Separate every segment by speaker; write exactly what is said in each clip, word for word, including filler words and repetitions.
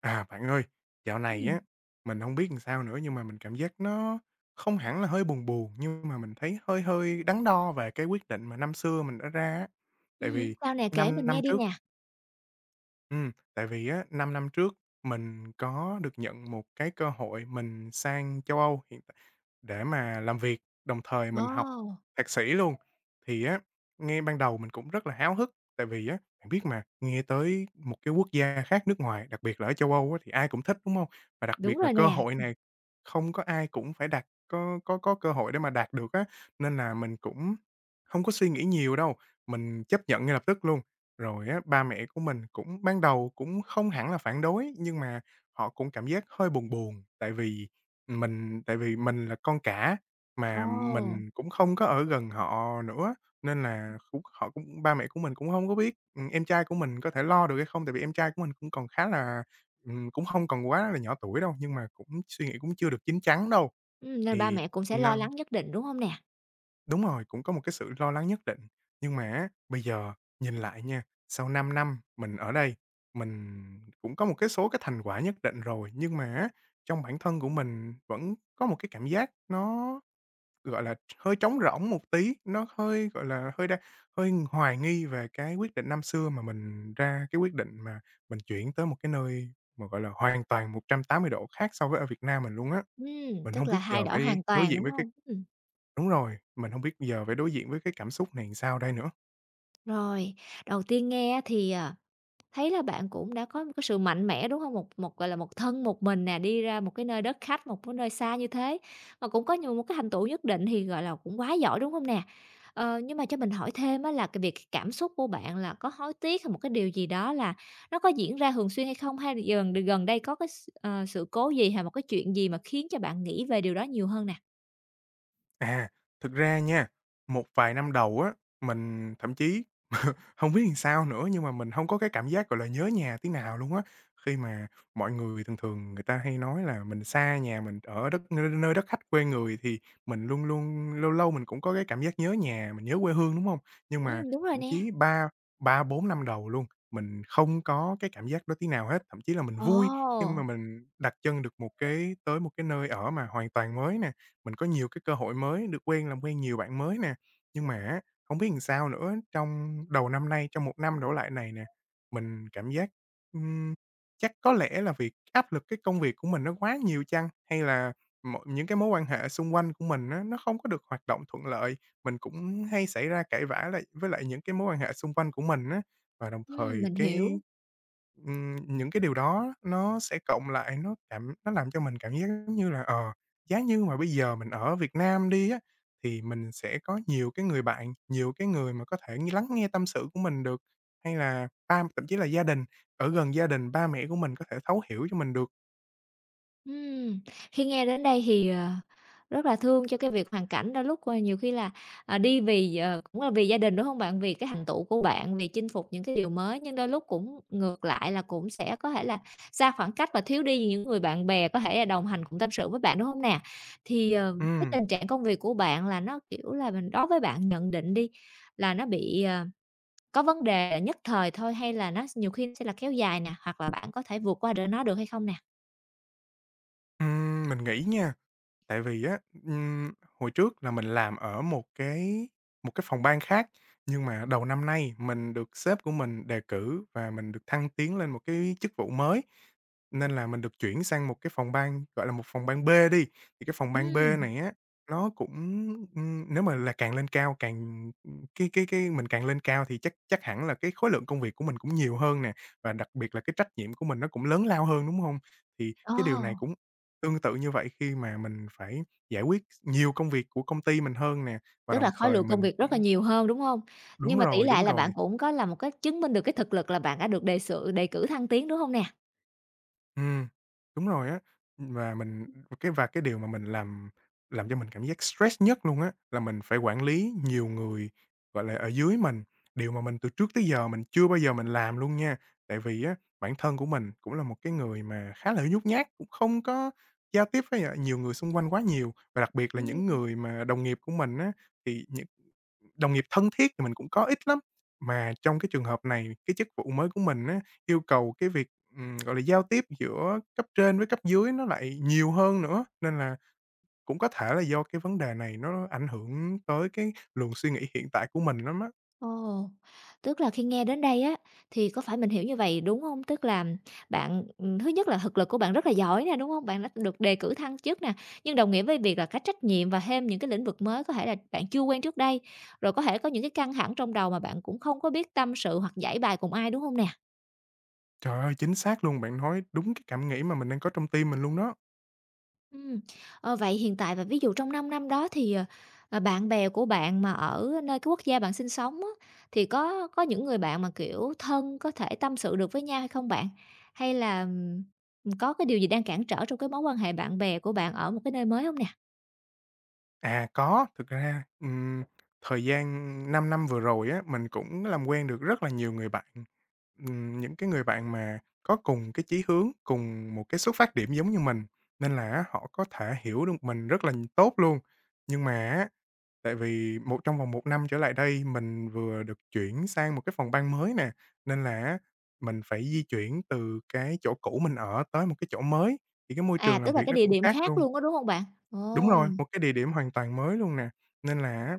Speaker 1: À, bạn ơi, dạo này
Speaker 2: Ừm,
Speaker 1: á, mình không biết làm sao nữa nhưng mà mình cảm giác nó không hẳn là hơi buồn buồn, nhưng mà mình thấy hơi hơi đắn đo về cái quyết định mà năm xưa mình đã ra á.
Speaker 2: ừm
Speaker 1: Tại
Speaker 2: hứm,
Speaker 1: vì
Speaker 2: sao nè,
Speaker 1: 5
Speaker 2: kể
Speaker 1: năm
Speaker 2: mình nghe
Speaker 1: năm
Speaker 2: đi
Speaker 1: trước
Speaker 2: nè.
Speaker 1: Ừm, tại vì á, 5 năm trước mình có được nhận một cái cơ hội mình sang châu Âu hiện tại để mà làm việc, đồng thời mình học
Speaker 2: Ồ,
Speaker 1: thạc sĩ luôn. Thì á, ngay ban đầu mình cũng rất là háo hức, tại vì á, bạn biết mà, nghe tới một cái quốc gia khác nước ngoài, đặc biệt là ở châu Âu á, thì ai cũng thích, đúng không? Và đặc
Speaker 2: đúng
Speaker 1: biệt là
Speaker 2: rồi
Speaker 1: cơ
Speaker 2: nè,
Speaker 1: hội này không có ai cũng phải đạt có có có cơ hội để mà đạt được á, nên là mình cũng không có suy nghĩ nhiều đâu, mình chấp nhận ngay lập tức luôn. Rồi á, ba mẹ của mình cũng ban đầu cũng không hẳn là phản đối, nhưng mà họ cũng cảm giác hơi buồn buồn, tại vì mình tại vì mình là con cả, mà
Speaker 2: ồ,
Speaker 1: mình cũng không có ở gần họ nữa, nên là cũng họ cũng ba mẹ của mình cũng không có biết, ừm, em trai của mình có thể lo được hay không, tại vì em trai của mình cũng còn khá là ừm, cũng không còn quá là nhỏ tuổi đâu, nhưng mà cũng suy nghĩ cũng chưa được chín chắn đâu.
Speaker 2: ừm, nên ba
Speaker 1: Thì
Speaker 2: mẹ cũng sẽ lo lắng
Speaker 1: năm
Speaker 2: nhất định, đúng hông nè?
Speaker 1: Đúng rồi, cũng có một cái sự lo lắng nhất định. Nhưng mà á, bây giờ nhìn lại nha, sau 5 năm mình ở đây, mình cũng có một cái số cái thành quả nhất định rồi, nhưng mà á, trong bản thân của mình vẫn có một cái cảm giác nó, gọi là, hơi trống rỗng một tí, nó hơi, gọi là, hơi đang hơi hoài nghi về cái quyết định năm xưa mà mình ra cái quyết định mà mình chuyển tới một cái nơi mà, gọi là, hoàn toàn một trăm tám mươi độ khác so với ở Việt Nam mình luôn á.
Speaker 2: Ừm,
Speaker 1: Mình không
Speaker 2: tức là
Speaker 1: biết
Speaker 2: thay
Speaker 1: giờ
Speaker 2: đổi
Speaker 1: phải
Speaker 2: hoàn
Speaker 1: đối
Speaker 2: toàn,
Speaker 1: diện
Speaker 2: đúng
Speaker 1: với cái
Speaker 2: hông? Ừm,
Speaker 1: Đúng rồi, mình hông biết giờ phải đối diện với cái cảm xúc này sao đây nữa.
Speaker 2: rồi, đầu tiên nghe á thì, ờ Thấy là bạn cũng đã có một cái sự mạnh mẽ, đúng không? Một một, gọi là, một thân một mình nè, đi ra một cái nơi đất khách, một cái nơi xa như thế, mà cũng có nhiều một cái thành tựu nhất định thì, gọi là, cũng quá giỏi, đúng không nè? Ờ, nhưng mà cho mình hỏi thêm á là cái việc cảm xúc của bạn là có hối tiếc hay một cái điều gì đó là nó có diễn ra thường xuyên hay không? Hay là gần gần đây có cái s ờ, sự cố gì hay một cái chuyện gì mà khiến cho bạn nghĩ về điều đó nhiều hơn nè?
Speaker 1: À, thực ra nha, một vài năm đầu á, mình thậm chí không biết làm sao nữa, nhưng mà mình không có cái cảm giác, gọi là, nhớ nhà tí nào luôn á. Khi mà mọi người thường thường người ta hay nói là mình xa nhà, mình ở đất nơi nơi đất khách quê người thì mình luôn luôn lâu lâu mình cũng có cái cảm giác nhớ nhà, mình nhớ quê hương, đúng không? Nhưng mà
Speaker 2: Ừm, đúng rồi
Speaker 1: thậm
Speaker 2: nè.
Speaker 1: chí ba ba, bốn năm đầu luôn, mình không có cái cảm giác đó tí nào hết, thậm chí là mình vui khi mà
Speaker 2: Ồ!
Speaker 1: mình đặt chân được một cái tới một cái nơi ở mà hoàn toàn mới nè. Mình có nhiều cái cơ hội mới, được quen làm quen nhiều bạn mới nè. Nhưng mà á, hổng biết làm sao nữa, trong đầu năm nay, trong một năm đổ lại này nè, mình cảm giác, ừm, chắc có lẽ là vì áp lực cái công việc của mình nó quá nhiều chăng? Hay là mọi những cái mối quan hệ xung quanh của mình á, nó không có được hoạt động thuận lợi, mình cũng hay xảy ra cãi vã lại với lại những cái mối quan hệ xung quanh của mình á. Và đồng
Speaker 2: Ừm,
Speaker 1: thời
Speaker 2: mình
Speaker 1: cái,
Speaker 2: hiểu.
Speaker 1: ừm, những cái điều đó nó sẽ cộng lại, nó cảm nó làm cho mình cảm giác giống như là, ờ giá như mà bây giờ mình ở Việt Nam đi á, thì mình sẽ có nhiều cái người bạn, nhiều cái người mà có thể lắng nghe tâm sự của mình được, hay là ba thậm chí là gia đình, ở gần gia đình, ba mẹ của mình có thể thấu hiểu cho mình được.
Speaker 2: Ừm, khi nghe đến đây thì, ờ, rất là thương cho cái việc hoàn cảnh đôi lúc, ờ, nhiều khi là, à, đi vì, ờ, cũng là vì gia đình, đúng không bạn? Vì cái thành tựu của bạn, vì chinh phục những cái điều mới, nhưng đôi lúc cũng ngược lại là cũng sẽ có thể là xa khoảng cách và thiếu đi những người bạn bè có thể là đồng hành cùng tâm sự với bạn, đúng không nè? Thì, ờ, cái
Speaker 1: Ừm,
Speaker 2: tình trạng công việc của bạn là nó, kiểu là, mình đối với bạn nhận định đi, là nó bị, ờ, có vấn đề là nhất thời thôi hay là nó nhiều khi sẽ là kéo dài nè, hoặc là bạn có thể vượt qua được nó được hay không nè?
Speaker 1: ừm, mình nghĩ nha. Tại vì á, ừm, hồi trước là mình làm ở một cái một cái phòng ban khác, nhưng mà đầu năm nay mình được sếp của mình đề cử và mình được thăng tiến lên một cái chức vụ mới, nên là mình được chuyển sang một cái phòng ban, gọi là, một phòng ban B đi. Thì cái phòng ban B
Speaker 2: Ừm.
Speaker 1: này á, nó cũng, ưm, nếu mà là càng lên cao càng cái cái cái mình càng lên cao thì chắc chắc hẳn là cái khối lượng công việc của mình cũng nhiều hơn nè, và đặc biệt là cái trách nhiệm của mình nó cũng lớn lao hơn, đúng không? Thì
Speaker 2: Ồ,
Speaker 1: cái điều này cũng Tương tự như vậy, khi mà mình phải giải quyết nhiều công việc của công ty mình hơn nè, và
Speaker 2: tức là
Speaker 1: đồng
Speaker 2: khối
Speaker 1: thời
Speaker 2: lượng công
Speaker 1: mình
Speaker 2: việc
Speaker 1: cũng
Speaker 2: rất là nhiều hơn, đúng không? Nhưng
Speaker 1: đúng
Speaker 2: mà tỷ
Speaker 1: rồi,
Speaker 2: lệ
Speaker 1: đúng
Speaker 2: là bạn
Speaker 1: rồi,
Speaker 2: cũng có là một cái chứng minh được cái thực lực là bạn đã được đề sự đề cử thăng tiến, đúng không nè?
Speaker 1: ừm, đúng rồi á. Và mình cái và Cái điều mà mình làm làm cho mình cảm giác stress nhất luôn á, là mình phải quản lý nhiều người, gọi là, ở dưới mình, điều mà mình từ trước tới giờ mình chưa bao giờ mình làm luôn nha. Tại vì á, bản thân của mình cũng là một cái người mà khá là nhút nhát, cũng không có giao tiếp với, à, nhiều người xung quanh quá nhiều, và đặc biệt là những
Speaker 2: Ừm.
Speaker 1: người mà đồng nghiệp của mình á, thì những đồng nghiệp thân thiết thì mình cũng có ít lắm, mà trong cái trường hợp này, cái chức vụ mới của mình á, yêu cầu cái việc, ừm, gọi là, giao tiếp giữa cấp trên với cấp dưới nó lại nhiều hơn nữa, nên là cũng có thể là do cái vấn đề này nó ảnh hưởng tới cái luồng suy nghĩ hiện tại của mình lắm á.
Speaker 2: Ồ, tức là khi nghe đến đây á, thì có phải mình hiểu như vậy, đúng không? Tức là bạn ừm, thứ nhất là thực lực của bạn rất là giỏi nè, đúng không? Bạn đã được đề cử thăng chức nè, nhưng đồng nghĩa với việc là cái trách nhiệm và thêm những cái lĩnh vực mới có thể là bạn chưa quen trước đây, rồi có thể có những cái căng thẳng trong đầu mà bạn cũng không có biết tâm sự hoặc giải bài cùng ai, đúng không nè?
Speaker 1: Trời ơi, chính xác luôn, bạn nói đúng cái cảm nghĩ mà mình đang có trong tim mình luôn đó.
Speaker 2: Ừm, ờ, vậy hiện tại và ví dụ trong 5 năm đó thì, ờ, ờ, bạn bè của bạn mà ở nơi cái quốc gia bạn sinh sống á, thì có có những người bạn mà, kiểu, thân có thể tâm sự được với nhau hay không bạn? Hay là, ừm, có cái điều gì đang cản trở trong cái mối quan hệ bạn bè của bạn ở một cái nơi mới không nè?
Speaker 1: À, có. Thực ra, ừm, thời gian 5 năm vừa rồi á, mình cũng làm quen được rất là nhiều người bạn, ừm, những cái người bạn mà có cùng cái chí hướng, cùng một cái xuất phát điểm giống như mình, nên là á họ có thể hiểu được mình rất là tốt luôn. Nhưng mà á, tại vì một trong vòng một năm trở lại đây mình vừa được chuyển sang một cái phòng ban mới nè, nên là á mình phải di chuyển từ cái chỗ cũ mình ở tới một cái chỗ mới, thì cái môi
Speaker 2: À,
Speaker 1: trường làm
Speaker 2: tức là
Speaker 1: việc
Speaker 2: cái
Speaker 1: nó
Speaker 2: địa
Speaker 1: cũng
Speaker 2: điểm
Speaker 1: khác
Speaker 2: khác
Speaker 1: luôn.
Speaker 2: luôn á, đúng không bạn? Ồ,
Speaker 1: Đúng rồi, một cái địa điểm hoàn toàn mới luôn nè, nên là á,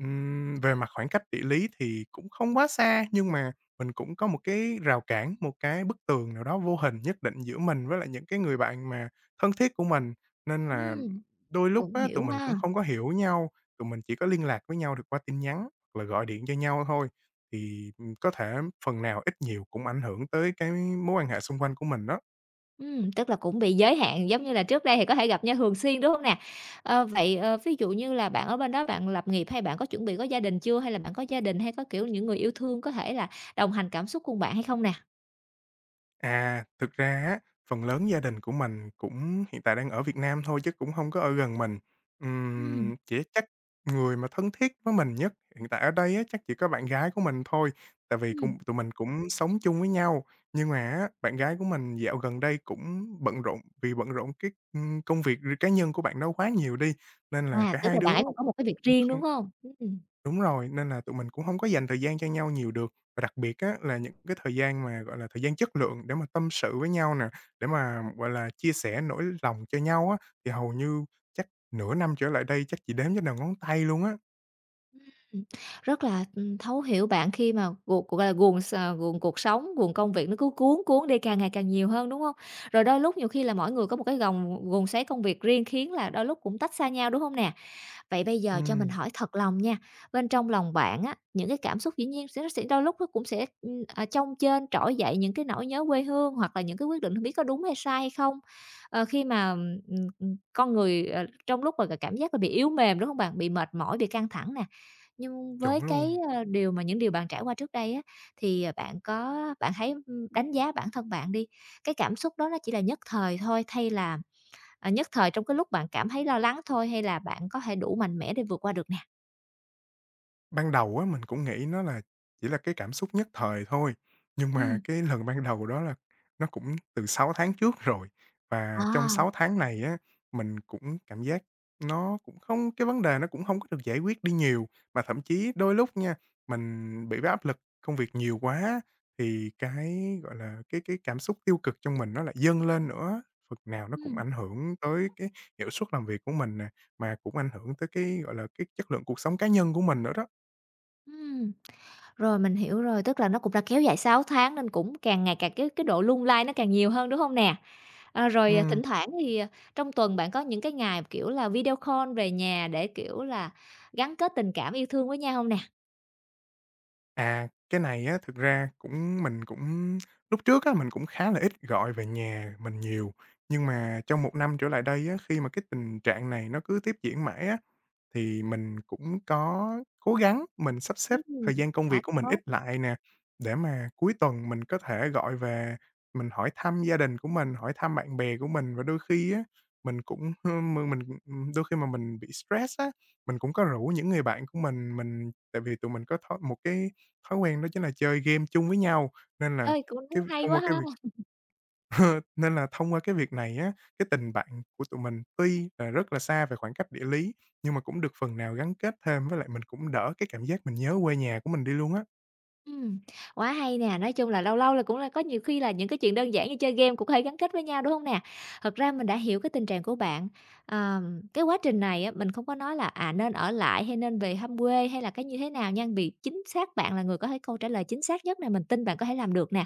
Speaker 1: ừm, về mặt khoảng cách địa lý thì cũng không quá xa, nhưng mà mình cũng có một cái rào cản, một cái bức tường nào đó vô hình nhất định giữa mình với lại những cái người bạn mà thân thiết của mình. Nên là
Speaker 2: ừm,
Speaker 1: đôi lúc
Speaker 2: cũng
Speaker 1: á, tụi
Speaker 2: hiểu
Speaker 1: mình cũng
Speaker 2: ha.
Speaker 1: không có hiểu nhau, tụi mình chỉ có liên lạc với nhau được qua tin nhắn hoặc là gọi điện cho nhau thôi, thì, ừm, có thể phần nào ít nhiều cũng ảnh hưởng tới cái mối quan hệ xung quanh của mình đó.
Speaker 2: Ừm, tức là cũng bị giới hạn, giống như là trước đây thì có thể gặp nhau thường xuyên, đúng hông nè? Ờ, vậy, ờ, ví dụ như là bạn ở bên đó bạn lập nghiệp hay bạn có chuẩn bị có gia đình chưa? Hay là bạn có gia đình hay có, kiểu, những người yêu thương có thể là đồng hành cảm xúc cùng bạn hay không nè?
Speaker 1: À, thực ra á, phần lớn gia đình của mình cũng hiện tại đang ở Việt Nam thôi chứ cũng không có ở gần mình.
Speaker 2: Ừm,
Speaker 1: Ừm, chỉ Chắc người mà thân thiết với mình nhất hiện tại ở đây á, chắc chỉ có bạn gái của mình thôi, tại vì cùng
Speaker 2: ừm,
Speaker 1: tụi mình cũng sống chung với nhau. Nhưng mà á, bạn gái của mình dạo gần đây cũng bận rộn vì bận rộn cái, ưm, công việc cá nhân của bạn đó quá nhiều đi, nên là
Speaker 2: à,
Speaker 1: cả
Speaker 2: tức
Speaker 1: hai
Speaker 2: là bạn
Speaker 1: đứa
Speaker 2: ấy cũng có một cái việc riêng, đúng hông? Ừm, ừm,
Speaker 1: đúng rồi, nên là tụi mình cũng hông có dành thời gian cho nhau nhiều được. Và đặc biệt á là những cái thời gian mà, gọi là, thời gian chất lượng để mà tâm sự với nhau nè, để mà, gọi là, chia sẻ nỗi lòng cho nhau á, thì hầu như chắc nửa năm trở lại đây chắc chỉ đếm trên đầu ngón tay luôn á.
Speaker 2: rất là, ừm, thấu hiểu bạn khi mà guồng gọi là, guồng s à, guồng cuộc sống, guồng công việc nó cứ cuốn cuốn đi càng ngày càng nhiều hơn, đúng hông? Rồi đôi lúc nhiều khi là mỗi người có một cái gồng guồng xoáy công việc riêng khiến là đôi lúc cũng tách xa nhau, đúng hông nè? Vậy bây giờ cho mình
Speaker 1: Ừm,
Speaker 2: hỏi thật lòng nha, bên trong lòng bạn á, những cái cảm xúc dĩ nhiên sẽ nó sẽ đôi lúc nó cũng sẽ, ừm, ờ, chông chênh trỗi dậy những cái nỗi nhớ quê hương hoặc là những cái quyết định không biết có đúng hay sai hay không. Ờ, khi mà, ừm, ừm, con người, ờ, trong lúc mà cảm giác là bị yếu mềm, đúng không bạn? Bị mệt mỏi, bị căng thẳng nè. Nhưng với
Speaker 1: chuẩn luôn.
Speaker 2: cái, ơ, điều mà những điều bạn trải qua trước đây á, thì, ờ, bạn có bạn hãy, ưm, đánh giá bản thân bạn đi, cái cảm xúc đó nó chỉ là nhất thời thôi, thay là. Ờ, nhất thời trong cái lúc bạn cảm thấy lo lắng thôi hay là bạn có thể đủ mạnh mẽ để vượt qua được nè?
Speaker 1: Ban đầu á, mình cũng nghĩ nó là chỉ là cái cảm xúc nhất thời thôi, nhưng mà
Speaker 2: Ừm.
Speaker 1: cái lần ban đầu đó là nó cũng từ sáu tháng trước rồi, và trong
Speaker 2: À,
Speaker 1: sáu tháng này á, mình cũng cảm giác nó cũng không cái vấn đề nó cũng không có được giải quyết đi nhiều. Mà thậm chí đôi lúc nha, mình bị cái áp lực công việc nhiều quá thì cái, gọi là, cái cái cảm xúc tiêu cực trong mình nó lại dâng lên nữa, phần nào nó cũng
Speaker 2: ừm,
Speaker 1: ảnh hưởng tới cái hiệu suất làm việc của mình nè, mà cũng ảnh hưởng tới cái, gọi là, cái chất lượng cuộc sống cá nhân của mình nữa đó.
Speaker 2: ừm, rồi mình hiểu rồi, tức là nó cũng đã kéo dài sáu tháng nên cũng càng ngày càng cái cái độ lung lay nó càng nhiều hơn, đúng không nè? À, rồi, à,
Speaker 1: Ừm,
Speaker 2: thỉnh thoảng thì, à, trong tuần bạn có những cái ngày, kiểu là, video call về nhà để, kiểu là, gắn kết tình cảm yêu thương với nhau không nè?
Speaker 1: à, cái này á, thực ra cũng mình cũng lúc trước á, mình cũng khá là ít gọi về nhà mình nhiều, nhưng mà trong một năm trở lại đây á, khi mà cái tình trạng này nó cứ tiếp diễn mãi á, thì mình cũng có cố gắng mình sắp xếp
Speaker 2: Ừm,
Speaker 1: thời gian công việc
Speaker 2: quá
Speaker 1: của mình ít
Speaker 2: tốt.
Speaker 1: lại nè, để mà cuối tuần mình có thể gọi về mình hỏi thăm gia đình của mình, hỏi thăm bạn bè của mình. Và đôi khi á, mình cũng, ơ, mình, đôi khi mà mình bị stress á, mình cũng có rủ những người bạn của mình, mình tại vì tụi mình có thói một cái thói quen đó chính là chơi game chung với nhau, nên là
Speaker 2: Ơi, cũng
Speaker 1: cái
Speaker 2: hay
Speaker 1: thông
Speaker 2: quá
Speaker 1: qua
Speaker 2: ha!
Speaker 1: cái việc nên là thông qua cái việc này á, cái tình bạn của tụi mình tuy là rất là xa về khoảng cách địa lý, nhưng mà cũng được phần nào gắn kết thêm, với lại mình cũng đỡ cái cảm giác mình nhớ quê nhà của mình đi luôn á.
Speaker 2: Ừm, quá hay nè, nói chung là lâu lâu là cũng là có nhiều khi là những cái chuyện đơn giản như chơi game cũng có thể gắn kết với nhau, đúng không nè? Thật ra mình đã hiểu cái tình trạng của bạn, ờm, cái quá trình này á, mình không có nói là, à, nên ở lại hay nên về thăm quê hay là cái như thế nào nha, vì chính xác bạn là người có thể câu trả lời chính xác nhất nè, mình tin bạn có thể làm được nè.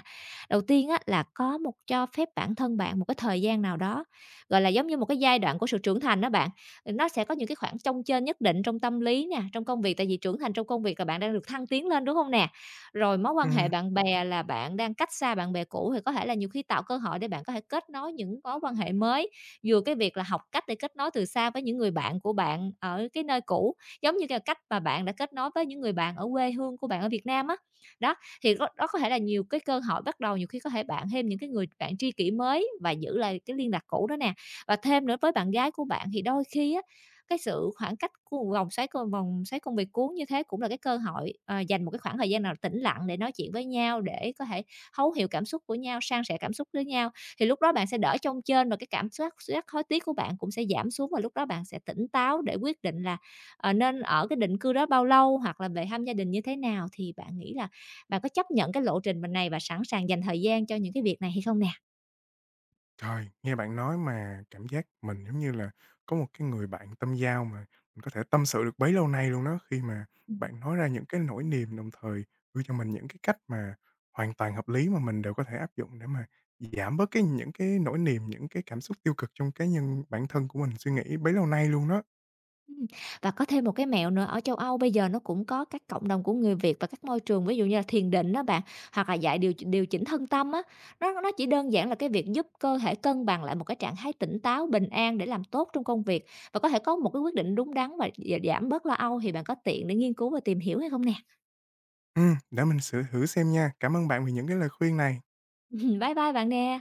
Speaker 2: Đầu tiên á, là có một cho phép bản thân bạn một cái thời gian nào đó, gọi là, giống như một cái giai đoạn của sự trưởng thành đó bạn, ừ, nó sẽ có những cái khoảng trông chênh nhất định trong tâm lý nè, trong công việc, tại vì trưởng thành trong công việc là bạn đang được thăng tiến lên, đúng không nè? Rồi mối quan hệ
Speaker 1: Ừm,
Speaker 2: bạn bè là bạn đang cách xa bạn bè cũ thì có thể là nhiều khi tạo cơ hội để bạn có thể kết nối những mối quan hệ mới, vừa cái việc là học cách để kết nối từ xa với những người bạn của bạn ở cái nơi cũ, giống như cái cách mà bạn đã kết nối với những người bạn ở quê hương của bạn ở Việt Nam á. Đó, thì đó đó có thể là nhiều cái cơ hội bắt đầu nhiều khi có thể bạn thêm những cái người bạn tri kỷ mới và giữ lại cái liên lạc cũ đó nè. Và thêm nữa với bạn gái của bạn thì đôi khi á cái sự khoảng cách của vòng xoáy c vòng xoáy công việc cuốn như thế cũng là cái cơ hội, ờ, dành một cái khoảng thời gian nào tĩnh lặng để nói chuyện với nhau, để có thể thấu hiểu cảm xúc của nhau, san sẻ cảm xúc với nhau. Thì lúc đó bạn sẽ đỡ chông chênh và cái cảm soát giác hối tiếc của bạn cũng sẽ giảm xuống và lúc đó bạn sẽ tỉnh táo để quyết định là, ờ, nên ở cái định cư đó bao lâu hoặc là về thăm gia đình như thế nào. Thì bạn nghĩ là bạn có chấp nhận cái lộ trình mình này và sẵn sàng dành thời gian cho những cái việc này hay không nè?
Speaker 1: Trời, nghe bạn nói mà cảm giác mình, giống như là, có một cái người bạn tâm giao mà mình có thể tâm sự được bấy lâu nay luôn đó, khi mà bạn nói ra những cái nỗi niềm, đồng thời đưa cho mình những cái cách mà hoàn toàn hợp lý mà mình đều có thể áp dụng để mà giảm bớt cái những cái nỗi niềm, những cái cảm xúc tiêu cực trong cá nhân bản thân của mình suy nghĩ bấy lâu nay luôn đó.
Speaker 2: Ừm, và có thêm một cái mẹo nữa, ở châu Âu bây giờ nó cũng có các cộng đồng của người Việt và các môi trường, ví dụ như là thiền định đó bạn, hoặc là dạy điều điều chỉnh thân tâm á. Nó nó chỉ đơn giản là cái việc giúp cơ thể cân bằng lại một cái trạng thái tỉnh táo, bình an để làm tốt trong công việc và có thể có một cái quyết định đúng đắn và giảm bớt lo âu, thì bạn có tiện để nghiên cứu và tìm hiểu hay không nè?
Speaker 1: Ừ, để mình sửa thử xem nha. Cảm ơn bạn vì những cái lời khuyên này.
Speaker 2: Bye bye bạn nè.